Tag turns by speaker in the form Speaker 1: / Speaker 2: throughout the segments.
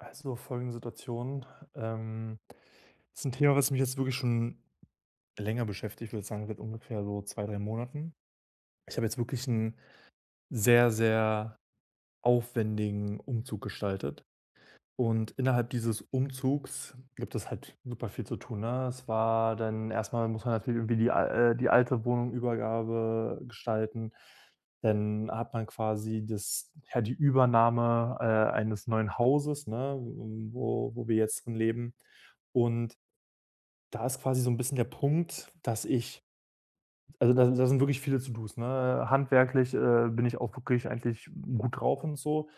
Speaker 1: Also folgende Situation. Das ist ein Thema, was mich jetzt wirklich schon länger beschäftigt. Ich würde sagen, seit ungefähr so zwei, drei Monaten. Ich habe jetzt wirklich einen sehr, sehr aufwendigen Umzug gestaltet. Und innerhalb dieses Umzugs gibt es halt super viel zu tun, ne? Es war dann erstmal muss man natürlich irgendwie die alte Wohnung Übergabe gestalten. Dann hat man quasi das ja, die Übernahme, eines neuen Hauses, ne, wo wo wir jetzt drin leben. Und da ist quasi so ein bisschen der Punkt, dass ich also, da da sind wirklich viele To-dos, ne? Handwerklich, bin ich auch wirklich eigentlich gut drauf und so,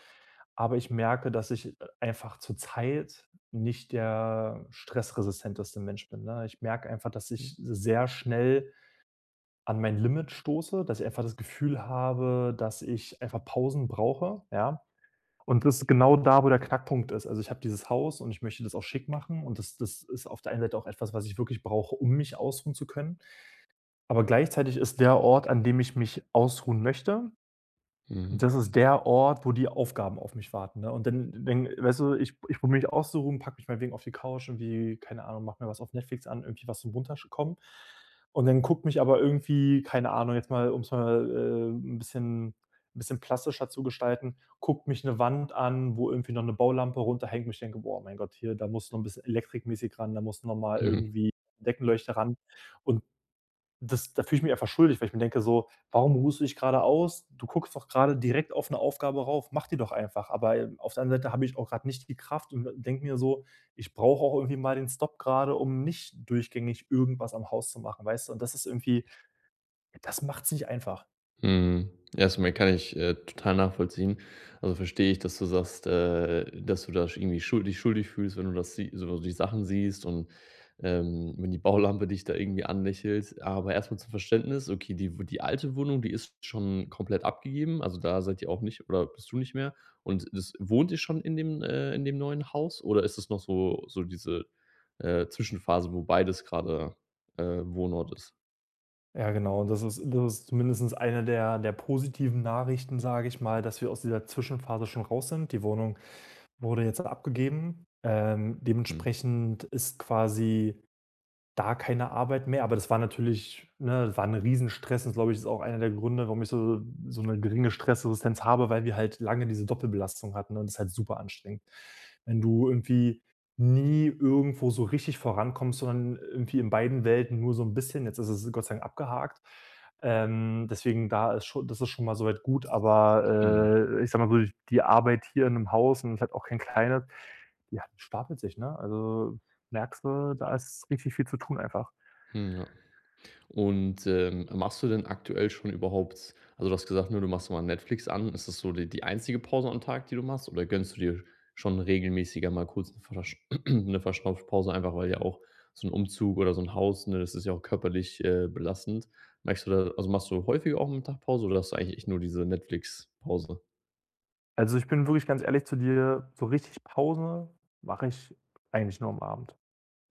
Speaker 1: aber ich merke, dass ich, einfach zurzeit nicht der stressresistenteste Mensch bin, ne? Ich merke einfach, dass ich sehr schnell an mein Limit stoße, dass ich einfach das Gefühl habe, dass ich einfach Pausen brauche, ja? Und das ist genau da, wo der Knackpunkt ist. Also, ich habe dieses Haus und ich möchte das auch schick machen und das das ist auf der einen Seite auch etwas, was ich wirklich brauche, um mich ausruhen zu können. Aber gleichzeitig ist der Ort, an dem ich mich ausruhen möchte.
Speaker 2: Mhm.
Speaker 1: Das ist der Ort, wo die Aufgaben auf mich warten, ne? Und dann weißt du, ich ich probiere mich auszuruhen, packe mich meinetwegen auf die Couch, irgendwie, keine Ahnung, mache mir was auf Netflix an, irgendwie was zum Runterkommen. Und dann guckt mich aber irgendwie, keine Ahnung, jetzt mal, um es mal, 'n bisschen ein bisschen plastischer zu gestalten, guckt mich eine Wand an, wo irgendwie noch eine Baulampe runterhängt, mich denke: „Boah, mein Gott, hier, da muss noch ein bisschen elektrikmäßig ran, da muss noch mal
Speaker 2: Mhm.
Speaker 1: irgendwie Deckenleuchter ran." Und das da fühle ich mich einfach schuldig, weil ich mir denke so: „Warum ruhst du dich gerade aus? Du guckst doch gerade direkt auf eine Aufgabe rauf, mach die doch einfach." Aber, auf der anderen Seite habe ich auch gerade nicht die Kraft und denke mir so: „Ich brauche auch irgendwie mal den Stopp gerade, um nicht durchgängig irgendwas am Haus zu machen", weißt du? Und das ist irgendwie, das macht es nicht einfach.
Speaker 2: Mhm. Erstmal kann ich, total nachvollziehen. Also, verstehe ich, dass du sagst, dass du da irgendwie Schuld dich schuldig fühlst, wenn du das sie so die Sachen siehst und, wenn die Baulampe dich da irgendwie anlächelt. Aber erstmal zum Verständnis, okay, die alte Wohnung, die ist schon komplett abgegeben, also, da seid ihr auch nicht oder bist du nicht mehr und das wohnt ihr schon in dem neuen Haus oder ist es noch so diese, Zwischenphase, wo beides gerade Wohnort ist?
Speaker 1: Ja, genau. Und das ist zumindestens eine der der positiven Nachrichten, sage ich mal, dass wir aus dieser Zwischenphase schon raus sind. Die Wohnung wurde jetzt abgegeben.
Speaker 2: Mhm.
Speaker 1: Dementsprechend ist quasi da keine Arbeit mehr, aber das war natürlich ne, war 'n Riesenstress. Das, glaube ich, ist auch einer der Gründe, warum ich so so eine geringe Stressresistenz habe, weil wir halt lange diese Doppelbelastung hatten ne, und das ist halt super anstrengend. Wenn du irgendwie nie irgendwo so richtig vorankommst, sondern irgendwie in beiden Welten nur so ein bisschen. Jetzt ist es Gott sei Dank abgehakt. Deswegen da ist schon, das ist schon mal so weit gut,
Speaker 2: Mhm.
Speaker 1: aber, ich sag mal so, die Arbeit hier in 'nem Haus und ist halt auch kein kleines, ja, die stapelt sich, ne? Also, merkst du, da ist richtig viel zu tun einfach.
Speaker 2: Hm, ja. Und, machst du denn aktuell schon überhaupt du hast gesagt, nur du machst mal Netflix an. Ist das so die einzige Pause am Tag, die du machst, oder gönnst du dir schon regelmäßiger mal kurz eine versch 'ne Verschnaufpause, einfach weil ja auch so ein Umzug oder so ein Haus, ne, das ist ja auch körperlich, belastend. Merkst du da also, machst du häufiger auch am Tag Pause oder hast du eigentlich echt nur diese Netflix-Pause?
Speaker 1: Also, ich bin wirklich ganz ehrlich zu dir, so richtig Pause mache ich eigentlich nur am Abend.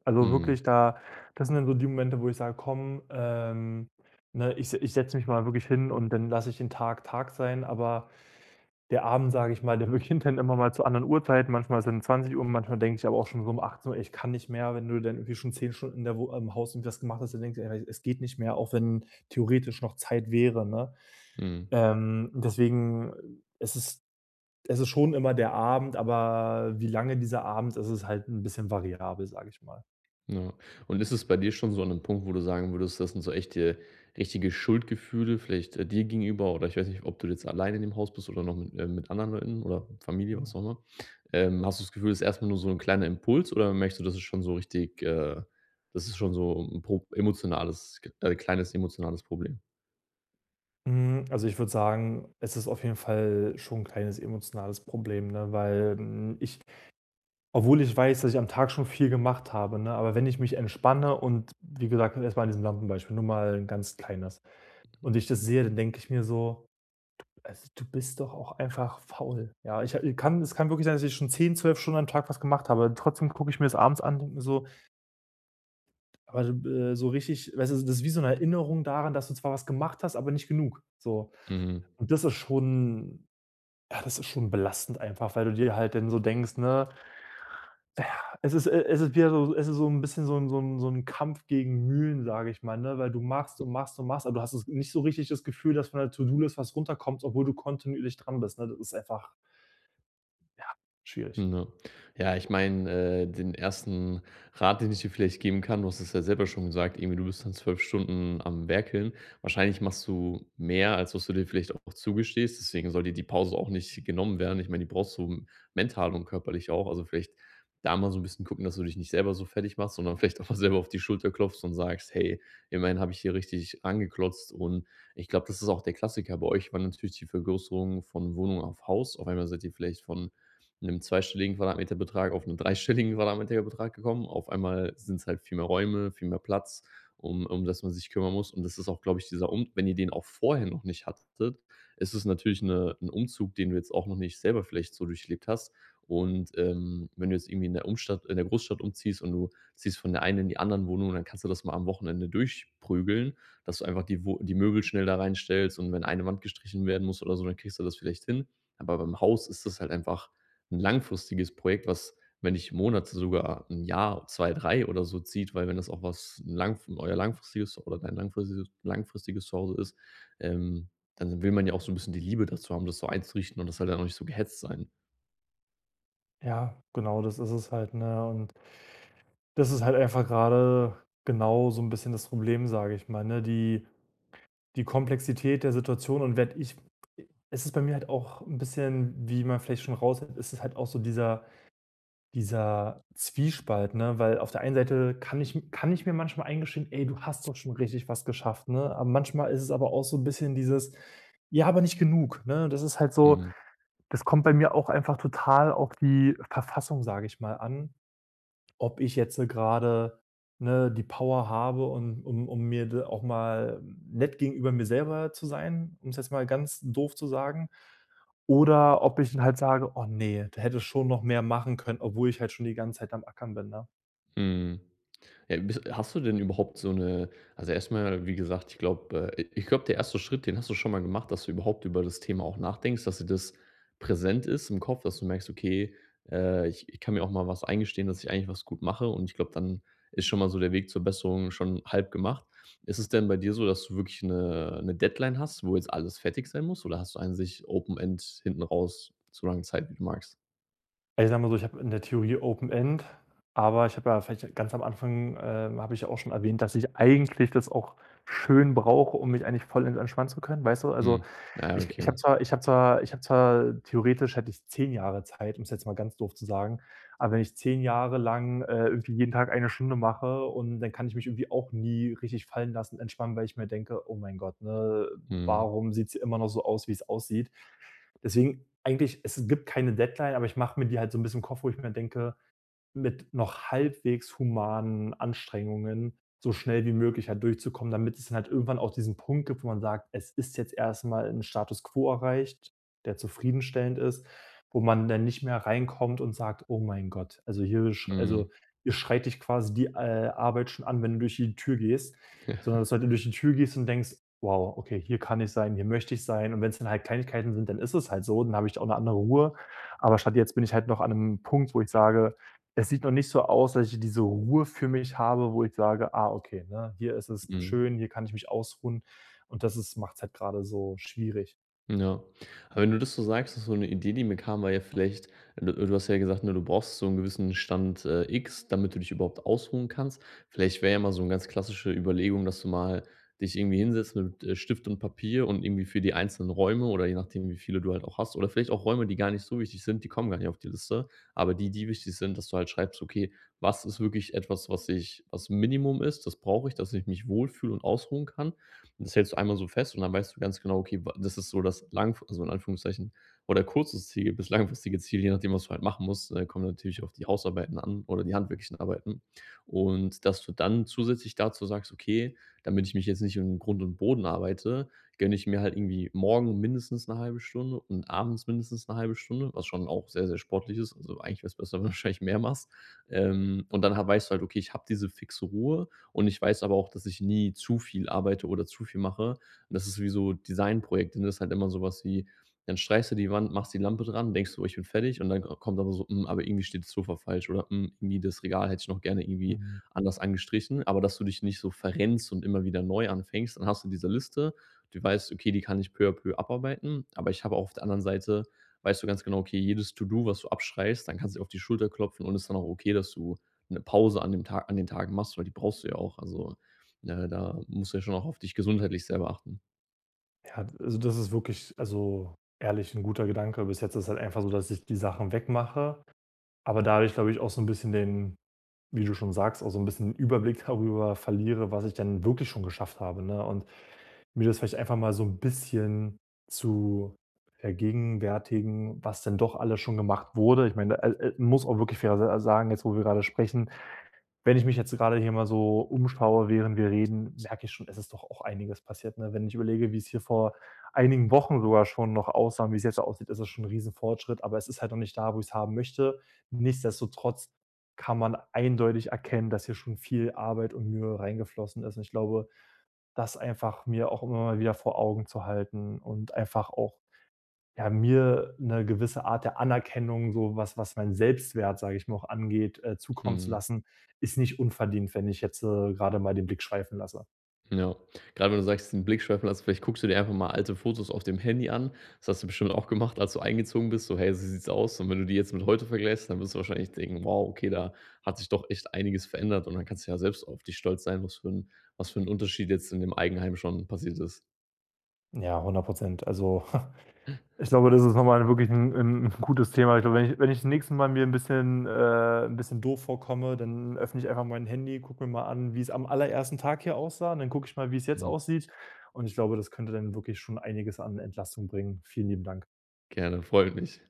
Speaker 1: Also,
Speaker 2: Mhm,
Speaker 1: wirklich da, das sind dann so die Momente, wo ich sage: „Komm, ne, ich setze mich mal wirklich hin und dann lasse ich den Tag Tag sein." Aber der Abend, sage ich mal, der beginnt dann immer mal zu anderen Uhrzeiten. Manchmal sind es dann Uhr, manchmal denke ich aber auch schon so um 18:00: „Ey, ich kann nicht mehr." Wenn du dann irgendwie schon 10 Stunden in der Wo im Haus irgendwie was gemacht hast, dann denkst du: „Ey, es geht nicht mehr", auch wenn theoretisch noch Zeit wäre, ne?
Speaker 2: mhm.
Speaker 1: Deswegen, es ist, schon immer der Abend, aber wie lange dieser Abend ist, ist halt ein bisschen variabel, sage ich mal.
Speaker 2: Ja. Und ist es bei dir schon so an 'nem Punkt, wo du sagen würdest, das sind so echte richtige Schuldgefühle vielleicht, dir gegenüber oder ich weiß nicht, ob du jetzt alleine in dem Haus bist oder noch mit anderen Leuten oder Familie,
Speaker 1: Mhm.
Speaker 2: was auch immer. Hast du das Gefühl, das ist erstmal nur so ein kleiner Impuls oder merkst du, das ist schon so richtig das ist schon so 'n pro emotionales, kleines emotionales Problem?
Speaker 1: Also, ich würde sagen, es ist auf jeden Fall schon ein kleines emotionales Problem, ne, weil, hm, ich obwohl ich weiß, dass ich am Tag schon viel gemacht habe, ne, aber wenn ich mich entspanne und wie gesagt, erst mal an diesem Lampenbeispiel, nur mal ein ganz kleines, und ich das sehe, dann denke ich mir so: Also, du bist doch auch einfach faul. Ja, ich kann es kann wirklich sein, dass ich schon 10, 12 Stunden am Tag was gemacht habe. Trotzdem gucke ich mir das abends an, denke mir so: Aber, so richtig weißt du, das ist wie so eine Erinnerung daran, dass du zwar was gemacht hast, aber nicht genug, so.
Speaker 2: Mhm.
Speaker 1: Und das ist schon belastend einfach, weil du dir halt dann so denkst, ne? Es ist, es ist wieder so, es ist so ein bisschen so ein Kampf gegen Mühlen, sage ich mal, ne? Weil du machst und machst und machst, aber du hast es nicht so richtig das Gefühl, dass von der To-Do-List was runterkommt, obwohl du kontinuierlich dran bist, ne? Das ist einfach, ja, schwierig.
Speaker 2: Ja. Ja, ich meine, den ersten Rat, den ich dir vielleicht geben kann, du hast es ja selber schon gesagt, irgendwie du bist dann 12 Stunden am Werkeln. Wahrscheinlich machst du mehr, als was du dir vielleicht auch zugestehst. Deswegen soll dir die Pause auch nicht genommen werden. Ich meine, die brauchst du mental und körperlich auch. Also vielleicht da mal so ein bisschen gucken, dass du dich nicht selber so fertig machst, sondern vielleicht auch mal selber auf die Schulter klopfst und sagst: „Hey, immerhin habe ich hier richtig angeklotzt. Und ich glaube, das ist auch der Klassiker bei euch, war natürlich die Vergrößerung von Wohnung auf Haus. Auf einmal seid ihr vielleicht von einem zweistelligen Quadratmeterbetrag auf einen dreistelligen Quadratmeterbetrag gekommen. Auf einmal sind es halt viel mehr Räume, viel mehr Platz, um das man sich kümmern muss. Und das ist auch, glaube ich, dieser Um wenn ihr den auch vorher noch nicht hattet, ist es natürlich eine 'n Umzug, den du jetzt auch noch nicht selber vielleicht so durchlebt hast. Und, wenn du jetzt irgendwie in der Großstadt umziehst und du ziehst von der einen in die anderen Wohnung, dann kannst du das mal am Wochenende durchprügeln, dass du einfach die Möbel schnell da reinstellst und wenn eine Wand gestrichen werden muss oder so, dann kriegst du das vielleicht hin. Aber beim Haus ist das halt einfach 'n langfristiges Projekt, was, wenn nicht Monate, sogar 'n Jahr, 2, 3 oder so zieht, weil wenn das auch was 'n lang euer langfristiges oder dein langfristiges Zuhause ist, ähm, dann will man ja auch so 'n bisschen die Liebe dazu haben, das so einzurichten und das soll dann auch nicht so gehetzt sein.
Speaker 1: Ja, genau, das ist es halt, ne? Und das ist halt einfach gerade genau so ein bisschen das Problem, sage ich mal, ne? Die die Komplexität der Situation. Und werd ich es ist bei mir halt auch ein bisschen, wie man vielleicht schon raushört, ist es halt auch so dieser Zwiespalt, ne? Weil auf der einen Seite kann ich mir manchmal eingestehen: „Ey, du hast doch schon richtig was geschafft", ne? Aber manchmal ist es aber auch so ein bisschen dieses: „Ja, aber nicht genug", ne? Das ist halt so.
Speaker 2: Mhm.
Speaker 1: Das kommt bei mir auch einfach total auf die Verfassung, sage ich mal, an, ob ich jetzt gerade, ne, die Power habe und um mir da auch mal nett gegenüber mir selber zu sein, um es jetzt mal ganz doof zu sagen. Oder ob ich halt sage: „Oh nee, da hätte ich schon noch mehr machen können", obwohl ich halt schon die ganze Zeit am Ackern bin, ne?
Speaker 2: Mhm. Ja, bis hast du denn überhaupt so eine? Also, erstmal, wie gesagt, ich glaube, der erste Schritt, den hast du schon mal gemacht, dass du überhaupt über das Thema auch nachdenkst, dass dir das präsent ist im Kopf, dass du merkst: „Okay, ich kann mir auch mal was eingestehen, dass ich eigentlich was gut mache.“ Und ich glaube, dann ist schon mal so der Weg zur Besserung schon halb gemacht. Ist es denn bei dir so, dass du wirklich eine 'ne Deadline hast, wo jetzt alles fertig sein muss, oder hast du an sich Open End hinten raus so lange Zeit, wie du magst?
Speaker 1: Also, ich sage mal so, ich habe in der Theorie Open End, aber ich habe ja vielleicht ganz am Anfang, habe ich ja auch schon erwähnt, dass ich eigentlich das auch schön brauche, um mich eigentlich voll entspannen zu können, weißt du? Also,
Speaker 2: Mhm. Ah,
Speaker 1: Ich
Speaker 2: okay.
Speaker 1: ich habe zwar theoretisch hätte ich 10 Jahre Zeit, um's jetzt mal ganz doof zu sagen, aber wenn ich 10 Jahre lang, irgendwie jeden Tag eine Stunde mache und dann kann ich mich irgendwie auch nie richtig fallen lassen, entspannen, weil ich mir denke: „Oh mein Gott, ne,
Speaker 2: Mhm.
Speaker 1: warum sieht's immer noch so aus, wie's aussieht?" Deswegen eigentlich es gibt keine Deadline, aber ich mache mir die halt so 'n bisschen im Kopf, wo ich mir denke: mit noch halbwegs humanen Anstrengungen so schnell wie möglich halt durchzukommen, damit es dann halt irgendwann auch diesen Punkt gibt, wo man sagt: „Es ist jetzt erstmal ein Status quo erreicht, der zufriedenstellend ist", wo man dann nicht mehr reinkommt und sagt: „Oh mein Gott,
Speaker 2: Mhm.
Speaker 1: also hier schreit dich quasi die, Arbeit schon an, wenn du durch die Tür gehst", sondern dass du halt durch die Tür gehst und denkst: „Wow, okay, hier kann ich sein, hier möchte ich sein" und wenn es dann halt Kleinigkeiten sind, dann ist es halt so, dann habe ich auch eine andere Ruhe. Aber statt jetzt bin ich halt noch an einem Punkt, wo ich sage, es sieht noch nicht so aus, dass ich diese Ruhe für mich habe, wo ich sage: „Ah, okay, ne, hier ist es
Speaker 2: Mhm.
Speaker 1: schön, hier kann ich mich ausruhen." Und das ist macht's halt grade so schwierig.
Speaker 2: Ja. Aber wenn du das so sagst, das ist so eine Idee, die mir kam, war ja vielleicht du hast ja gesagt, ne, du brauchst so einen gewissen Stand, X, damit du dich überhaupt ausruhen kannst. Vielleicht wäre ja mal so eine ganz klassische Überlegung, dass du mal dich irgendwie hinsetzt mit, Stift und Papier und irgendwie für die einzelnen Räume oder je nachdem, wie viele du halt auch hast oder vielleicht auch Räume, die gar nicht so wichtig sind, die kommen gar nicht auf die Liste, aber die, die wichtig sind, dass du halt schreibst: „Okay, was ist wirklich etwas, was Minimum ist, das brauche ich, dass ich mich wohlfühle und ausruhen kann und das hältst du einmal so fest und dann weißt du ganz genau, okay, wa das ist so das lang also in Anführungszeichen, oder kurzes Ziel bis langfristige Ziel, je nachdem, was du halt machen musst, kommt natürlich auf die Hausarbeiten an oder die handwerklichen Arbeiten. Und dass du dann zusätzlich dazu sagst: „Okay, damit ich mich jetzt nicht in Grund und Boden arbeite, gönne ich mir halt irgendwie morgen mindestens eine halbe Stunde und abends mindestens eine halbe Stunde“, was schon auch sehr, sehr sportlich ist. Also, eigentlich wäre es besser, wenn du wahrscheinlich mehr machst. Und dann ha weißt du halt: „Okay, ich habe diese fixe Ruhe und ich weiß aber auch, dass ich nie zu viel arbeite oder zu viel mache. Und das ist wie so Designprojekte, ne? Das ist halt immer so was wie, dann streichst du die Wand, machst die Lampe dran, denkst du: „Oh, ich bin fertig.“ Und dann kommt aber so: „Hm, aber irgendwie steht das Sofa falsch“ oder: „Hm, irgendwie das Regal hätte ich noch gerne irgendwie
Speaker 1: Mhm.
Speaker 2: anders angestrichen.“ Aber dass du dich nicht so verrennst und immer wieder neu anfängst, dann hast du diese Liste. Du weißt: „Okay, die kann ich peu à peu abarbeiten.“ Aber ich habe auch auf der anderen Seite weißt du ganz genau: Okay, jedes To-do, was du abschreibst, dann kannst du dir auf die Schulter klopfen und ist dann auch okay, dass du eine Pause an den Tagen machst, weil die brauchst du ja auch. Also, da musst du ja schon auch auf dich gesundheitlich selber achten.
Speaker 1: Ja, also, das ist wirklich, also, ehrlich 'n guter Gedanke. Bis jetzt ist halt einfach so, dass ich die Sachen wegmache. Aber dadurch, glaube ich, auch so ein bisschen den, wie du schon sagst, auch so ein bisschen den Überblick darüber verliere, was ich dann wirklich schon geschafft habe, ne? Und mir das vielleicht einfach mal so ein bisschen zu vergegenwärtigen, was denn doch alles schon gemacht wurde. Ich meine, da, muss auch wirklich fair sa sagen, jetzt wo wir gerade sprechen, wenn ich mich jetzt gerade hier mal so umschaue, während wir reden, merke ich schon, es ist doch auch einiges passiert. Ne? Wenn ich überlege, wie es hier vor einigen Wochen sogar schon noch aussah und wie es jetzt aussieht, ist das schon ein Riesenfortschritt, aber es ist halt noch nicht da, wo ich es haben möchte. Nichtsdestotrotz kann man eindeutig erkennen, dass hier schon viel Arbeit und Mühe reingeflossen ist. Und ich glaube, das einfach mir auch immer mal wieder vor Augen zu halten und einfach auch, ja, mir eine gewisse Art der Anerkennung, so was was meinen Selbstwert, sage ich mal, auch angeht, zukommen zu
Speaker 2: Mhm,
Speaker 1: lassen, ist nicht unverdient, wenn ich jetzt, grade mal den Blick schweifen lasse.
Speaker 2: ja. Gerade wenn du sagst, den Blickschweifer hast, vielleicht guckst du dir einfach mal alte Fotos auf dem Handy an. Das hast du bestimmt auch gemacht, als du eingezogen bist, so: „Hey, so sieht's aus.“ Und wenn du die jetzt mit heute vergleichst, dann wirst du wahrscheinlich denken: „Wow, okay, da hat sich doch echt einiges verändert.“ Und dann kannst du ja selbst auf dich stolz sein, was für ein was für 'n Unterschied jetzt in dem Eigenheim schon passiert ist.
Speaker 1: Ja, 100%. Also, ich glaube, das ist nochmal wirklich ein 'n gutes Thema. Ich glaube, wenn ich das nächste Mal mir ein bisschen 'n bisschen doof vorkomme, dann öffne ich einfach mein Handy, gucke mir mal an, wie es am allerersten Tag hier aussah und dann gucke ich mal, wie es jetzt
Speaker 2: Mhm.
Speaker 1: aussieht und ich glaube, das könnte dann wirklich schon einiges an Entlastung bringen. Vielen lieben Dank.
Speaker 2: Gerne, freut mich.